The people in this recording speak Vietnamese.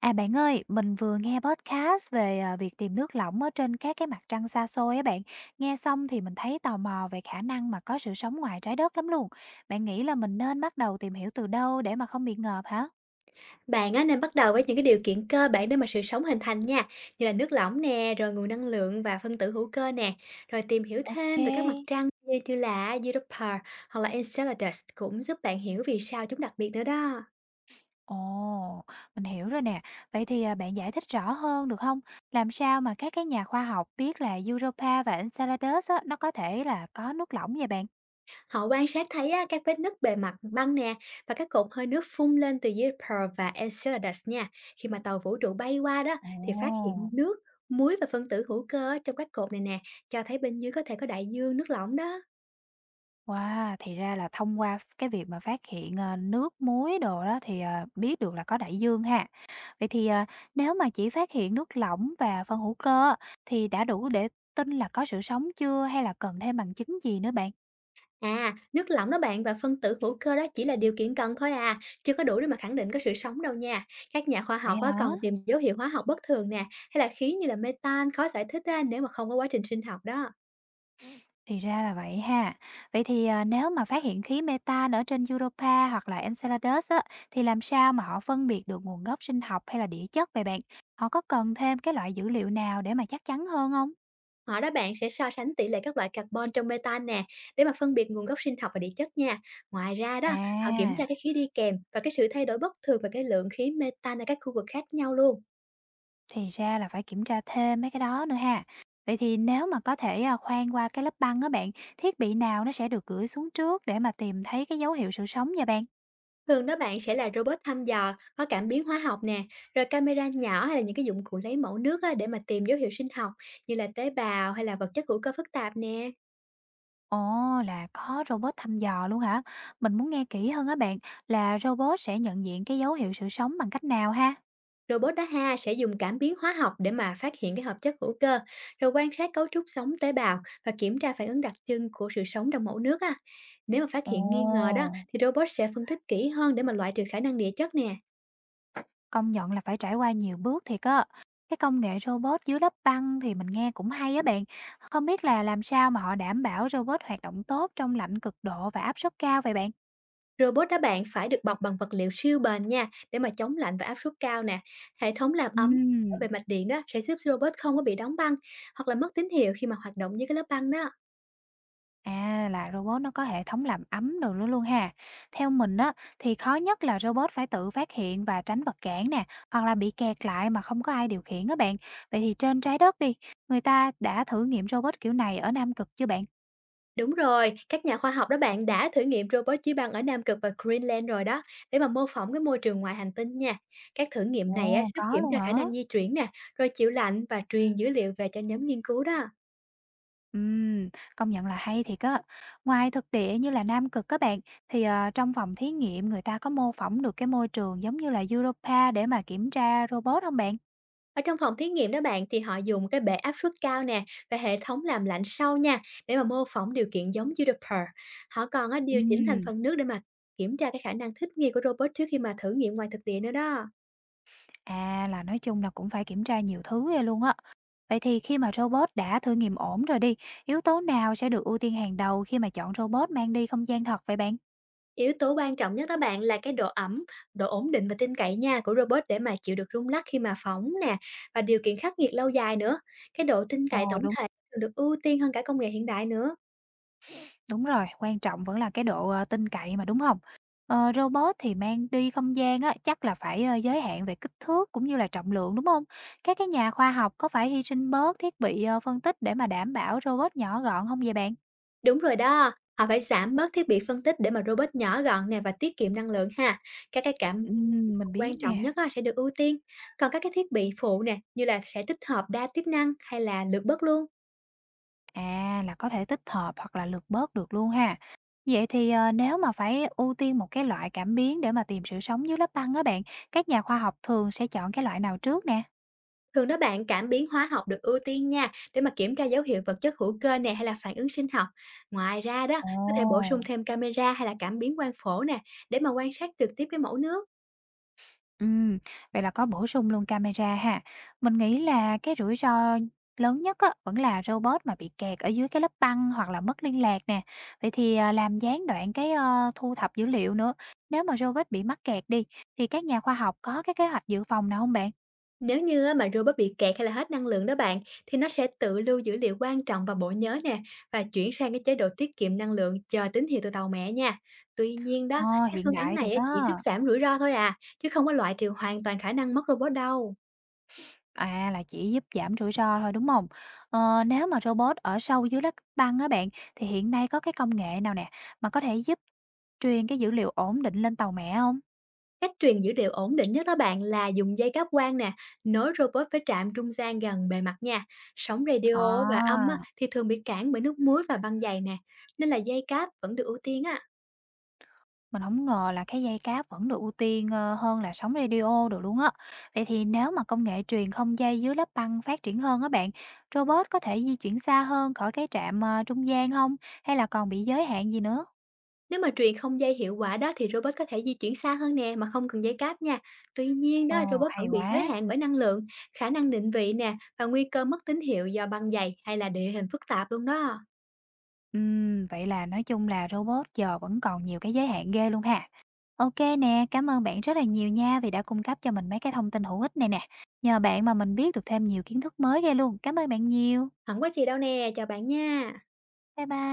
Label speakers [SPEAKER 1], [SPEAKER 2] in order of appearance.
[SPEAKER 1] À, bạn ơi, mình vừa nghe podcast về, việc tìm nước lỏng ở trên các cái mặt trăng xa xôi á bạn. Nghe xong thì mình thấy tò mò về khả năng mà có sự sống ngoài trái đất lắm luôn. Bạn nghĩ là mình nên bắt đầu tìm hiểu từ đâu để mà không bị ngợp hả?
[SPEAKER 2] Bạn á, nên bắt đầu với những cái điều kiện cơ bản để mà sự sống hình thành nha, như là nước lỏng nè, rồi nguồn năng lượng và phân tử hữu cơ nè, rồi tìm hiểu
[SPEAKER 1] Ok, kê.
[SPEAKER 2] thêm về các mặt trăng như như là Europa hoặc là Enceladus cũng giúp bạn hiểu vì sao chúng đặc biệt nữa đó.
[SPEAKER 1] Ồ, mình hiểu rồi nè. Vậy thì, bạn giải thích rõ hơn được không? Làm sao mà các cái nhà khoa học biết là Europa và Enceladus á, nó có thể là có nước lỏng vậy bạn?
[SPEAKER 2] Họ quan sát thấy á, các vết nứt bề mặt băng nè và các cột hơi nước phun lên từ Europa và Enceladus nha. Khi mà tàu vũ trụ bay qua đó
[SPEAKER 1] Ồ.
[SPEAKER 2] thì phát hiện nước, muối và phân tử hữu cơ ở trong các cột này nè, cho thấy bên dưới có thể có đại dương nước lỏng đó.
[SPEAKER 1] Wow! Thì ra là thông qua cái việc mà phát hiện, nước muối đồ đó thì, biết được là có đại dương ha. Vậy thì, nếu mà chỉ phát hiện nước lỏng và phân hữu cơ thì đã đủ để tin là có sự sống chưa hay là cần thêm bằng chứng gì nữa bạn?
[SPEAKER 2] À, nước lỏng đó bạn và phân tử hữu cơ đó chỉ là điều kiện cần thôi à, chưa có đủ để mà khẳng định có sự sống đâu nha. Các nhà khoa
[SPEAKER 1] Vậy
[SPEAKER 2] học á,
[SPEAKER 1] hả?
[SPEAKER 2] còn tìm dấu hiệu hóa học bất thường nè, hay là khí như là metan khó giải thích á, nếu mà không có quá trình sinh học đó.
[SPEAKER 1] Thì ra là vậy ha. Vậy thì, nếu mà phát hiện khí metan ở trên Europa hoặc là Enceladus á, thì làm sao mà họ phân biệt được nguồn gốc sinh học hay là địa chất vậy bạn? Họ có cần thêm cái loại dữ liệu nào để mà chắc chắn hơn không?
[SPEAKER 2] Họ đó bạn sẽ so sánh tỷ lệ các loại carbon trong metan nè, để mà phân biệt nguồn gốc sinh học và địa chất nha. Ngoài ra đó, họ kiểm
[SPEAKER 1] À!
[SPEAKER 2] tra cái khí đi kèm và cái sự thay đổi bất thường về cái lượng khí metan ở các khu vực khác nhau luôn.
[SPEAKER 1] Thì ra là phải kiểm tra thêm mấy cái đó nữa ha. Vậy thì nếu mà có thể khoan qua cái lớp băng á bạn, thiết bị nào nó sẽ được gửi xuống trước để mà tìm thấy cái dấu hiệu sự sống vậy bạn?
[SPEAKER 2] Thường đó bạn sẽ là robot thăm dò, có cảm biến hóa học nè, rồi camera nhỏ hay là những cái dụng cụ lấy mẫu nước á, để mà tìm dấu hiệu sinh học như là tế bào hay là vật chất hữu cơ phức tạp nè.
[SPEAKER 1] Ồ, là có robot thăm dò luôn hả? Mình muốn nghe kỹ hơn á bạn, là robot sẽ nhận diện cái dấu hiệu sự sống bằng cách nào ha?
[SPEAKER 2] Robot đó ha sẽ dùng cảm biến hóa học để mà phát hiện cái hợp chất hữu cơ, rồi quan sát cấu trúc sống tế bào và kiểm tra phản ứng đặc trưng của sự sống trong mẫu nước á. Nếu mà phát hiện nghi ngờ
[SPEAKER 1] Ồ,
[SPEAKER 2] đó thì robot sẽ phân tích kỹ hơn để mà loại trừ khả năng địa chất nè.
[SPEAKER 1] công nhận là phải trải qua nhiều bước thiệt á. Cái công nghệ robot dưới lớp băng thì mình nghe cũng hay á bạn. Không biết là làm sao mà họ đảm bảo robot hoạt động tốt trong lạnh cực độ và áp suất cao vậy bạn?
[SPEAKER 2] Robot đó bạn phải được bọc bằng vật liệu siêu bền nha, để mà chống lạnh và áp suất cao nè. Hệ thống làm ấm về
[SPEAKER 1] Ừm,
[SPEAKER 2] mạch điện đó sẽ giúp robot không có bị đóng băng hoặc là mất tín hiệu khi mà hoạt động dưới cái lớp băng đó.
[SPEAKER 1] à, là robot nó có hệ thống làm ấm đồ nữa luôn ha. Theo mình á, thì khó nhất là robot phải tự phát hiện và tránh vật cản nè, hoặc là bị kẹt lại mà không có ai điều khiển á bạn. Vậy thì trên trái đất đi, người ta đã thử nghiệm robot kiểu này ở Nam Cực chưa bạn?
[SPEAKER 2] Đúng rồi, các nhà khoa học đó bạn đã thử nghiệm robot chứa băng ở Nam Cực và Greenland rồi đó, để mà mô phỏng cái môi trường ngoài hành tinh nha. Các thử nghiệm này á,
[SPEAKER 1] Ồ,
[SPEAKER 2] giúp
[SPEAKER 1] có
[SPEAKER 2] kiểm
[SPEAKER 1] luôn
[SPEAKER 2] tra khả
[SPEAKER 1] hả?
[SPEAKER 2] năng di chuyển nè, rồi chịu lạnh và truyền dữ liệu về cho nhóm nghiên cứu đó.
[SPEAKER 1] Ừm, công nhận là hay thiệt á. Ngoài thực địa như là Nam Cực các bạn, thì trong phòng thí nghiệm người ta có mô phỏng được cái môi trường giống như là Europa để mà kiểm tra robot không bạn?
[SPEAKER 2] Ở trong phòng thí nghiệm đó bạn thì họ dùng cái bể áp suất cao nè và hệ thống làm lạnh sâu nha để mà mô phỏng điều kiện giống Juniper. Họ còn á, điều chỉnh thành
[SPEAKER 1] Ừm.
[SPEAKER 2] phần nước để mà kiểm tra cái khả năng thích nghi của robot trước khi mà thử nghiệm ngoài thực địa nữa đó.
[SPEAKER 1] À, là nói chung là cũng phải kiểm tra nhiều thứ ghê luôn á. Vậy thì khi mà robot đã thử nghiệm ổn rồi đi, yếu tố nào sẽ được ưu tiên hàng đầu khi mà chọn robot mang đi không gian thật vậy bạn?
[SPEAKER 2] Yếu tố quan trọng nhất đó bạn là cái độ ẩm, độ ổn định và tin cậy nha của robot để mà chịu được rung lắc khi mà phỏng nè và điều kiện khắc nghiệt lâu dài nữa. Cái độ tin cậy
[SPEAKER 1] Ồ
[SPEAKER 2] tổng
[SPEAKER 1] đúng,
[SPEAKER 2] thể thường được ưu tiên hơn cả công nghệ hiện đại nữa.
[SPEAKER 1] đúng rồi, quan trọng vẫn là cái độ tin cậy mà đúng không? Ờ, robot thì mang đi không gian á, chắc là phải giới hạn về kích thước cũng như là trọng lượng đúng không? Các cái nhà khoa học có phải hy sinh bớt thiết bị phân tích để mà đảm bảo robot nhỏ gọn không vậy bạn?
[SPEAKER 2] Đúng rồi đó, họ phải giảm bớt thiết bị phân tích để mà robot nhỏ gọn nè và tiết kiệm năng lượng ha. Các cái cảm nhận
[SPEAKER 1] Mình
[SPEAKER 2] quan
[SPEAKER 1] biết
[SPEAKER 2] trọng
[SPEAKER 1] nè.
[SPEAKER 2] nhất á, sẽ được ưu tiên. Còn các cái thiết bị phụ nè, như là sẽ tích hợp đa chức năng hay là lược bớt luôn.
[SPEAKER 1] À, là có thể tích hợp hoặc là lược bớt được luôn ha. Vậy thì, nếu mà phải ưu tiên một cái loại cảm biến để mà tìm sự sống dưới lớp băng á bạn, các nhà khoa học thường sẽ chọn cái loại nào trước nè?
[SPEAKER 2] Thường đó bạn cảm biến hóa học được ưu tiên nha, để mà kiểm tra dấu hiệu vật chất hữu cơ nè hay là phản ứng sinh học. Ngoài ra đó,
[SPEAKER 1] Ồ,
[SPEAKER 2] có thể bổ sung thêm camera hay là cảm biến quang phổ nè, để mà quan sát trực tiếp cái mẫu nước.
[SPEAKER 1] ừm, vậy là có bổ sung luôn camera ha. Mình nghĩ là cái rủi ro lớn nhất á, vẫn là robot mà bị kẹt ở dưới cái lớp băng hoặc là mất liên lạc nè. Vậy thì, làm gián đoạn thu thập dữ liệu nữa. Nếu mà robot bị mắc kẹt đi, thì các nhà khoa học có cái kế hoạch dự phòng nào không bạn?
[SPEAKER 2] Nếu như á, mà robot bị kẹt hay là hết năng lượng đó bạn, thì nó sẽ tự lưu dữ liệu quan trọng vào bộ nhớ nè và chuyển sang cái chế độ tiết kiệm năng lượng chờ tín hiệu từ tàu mẹ nha. Tuy nhiên đó,
[SPEAKER 1] Ờ,
[SPEAKER 2] các
[SPEAKER 1] hiện
[SPEAKER 2] phương án
[SPEAKER 1] đại
[SPEAKER 2] này
[SPEAKER 1] thiệt
[SPEAKER 2] á,
[SPEAKER 1] á.
[SPEAKER 2] chỉ giúp giảm rủi ro thôi à, chứ không có loại trừ hoàn toàn khả năng mất robot đâu.
[SPEAKER 1] À, là chỉ giúp giảm rủi ro thôi, đúng không? Ờ, nếu mà robot ở sâu dưới lớp băng á bạn, thì hiện nay có cái công nghệ nào nè, mà có thể giúp truyền cái dữ liệu ổn định lên tàu mẹ không?
[SPEAKER 2] Cách truyền dữ liệu ổn định nhất đó bạn là dùng dây cáp quang nè, nối robot với trạm trung gian gần bề mặt nha. Sóng radio và âm
[SPEAKER 1] À,
[SPEAKER 2] á, thì thường bị cản bởi nước muối và băng dày nè, nên là dây cáp vẫn được ưu tiên á.
[SPEAKER 1] mình không ngờ là cái dây cáp vẫn được ưu tiên, hơn là sóng radio được luôn á. Vậy thì nếu mà công nghệ truyền không dây dưới lớp băng phát triển hơn á bạn, robot có thể di chuyển xa hơn khỏi cái trạm, trung gian không? Hay là còn bị giới hạn gì nữa?
[SPEAKER 2] Nếu mà truyền không dây hiệu quả đó thì robot có thể di chuyển xa hơn nè mà không cần dây cáp nha. Tuy nhiên
[SPEAKER 1] Ồ,
[SPEAKER 2] đó, robot
[SPEAKER 1] hay
[SPEAKER 2] vẫn bị giới
[SPEAKER 1] quá!
[SPEAKER 2] hạn bởi năng lượng, khả năng định vị nè và nguy cơ mất tín hiệu do băng dày hay là địa hình phức tạp luôn đó.
[SPEAKER 1] Vậy là nói chung là robot giờ vẫn còn nhiều cái giới hạn ghê luôn ha. Ok nè, cảm ơn bạn rất là nhiều nha vì đã cung cấp cho mình mấy cái thông tin hữu ích này nè. Nhờ bạn mà mình biết được thêm nhiều kiến thức mới ghê luôn. Cảm ơn bạn nhiều.
[SPEAKER 2] Không có gì đâu nè, chào bạn nha.
[SPEAKER 1] Bye bye.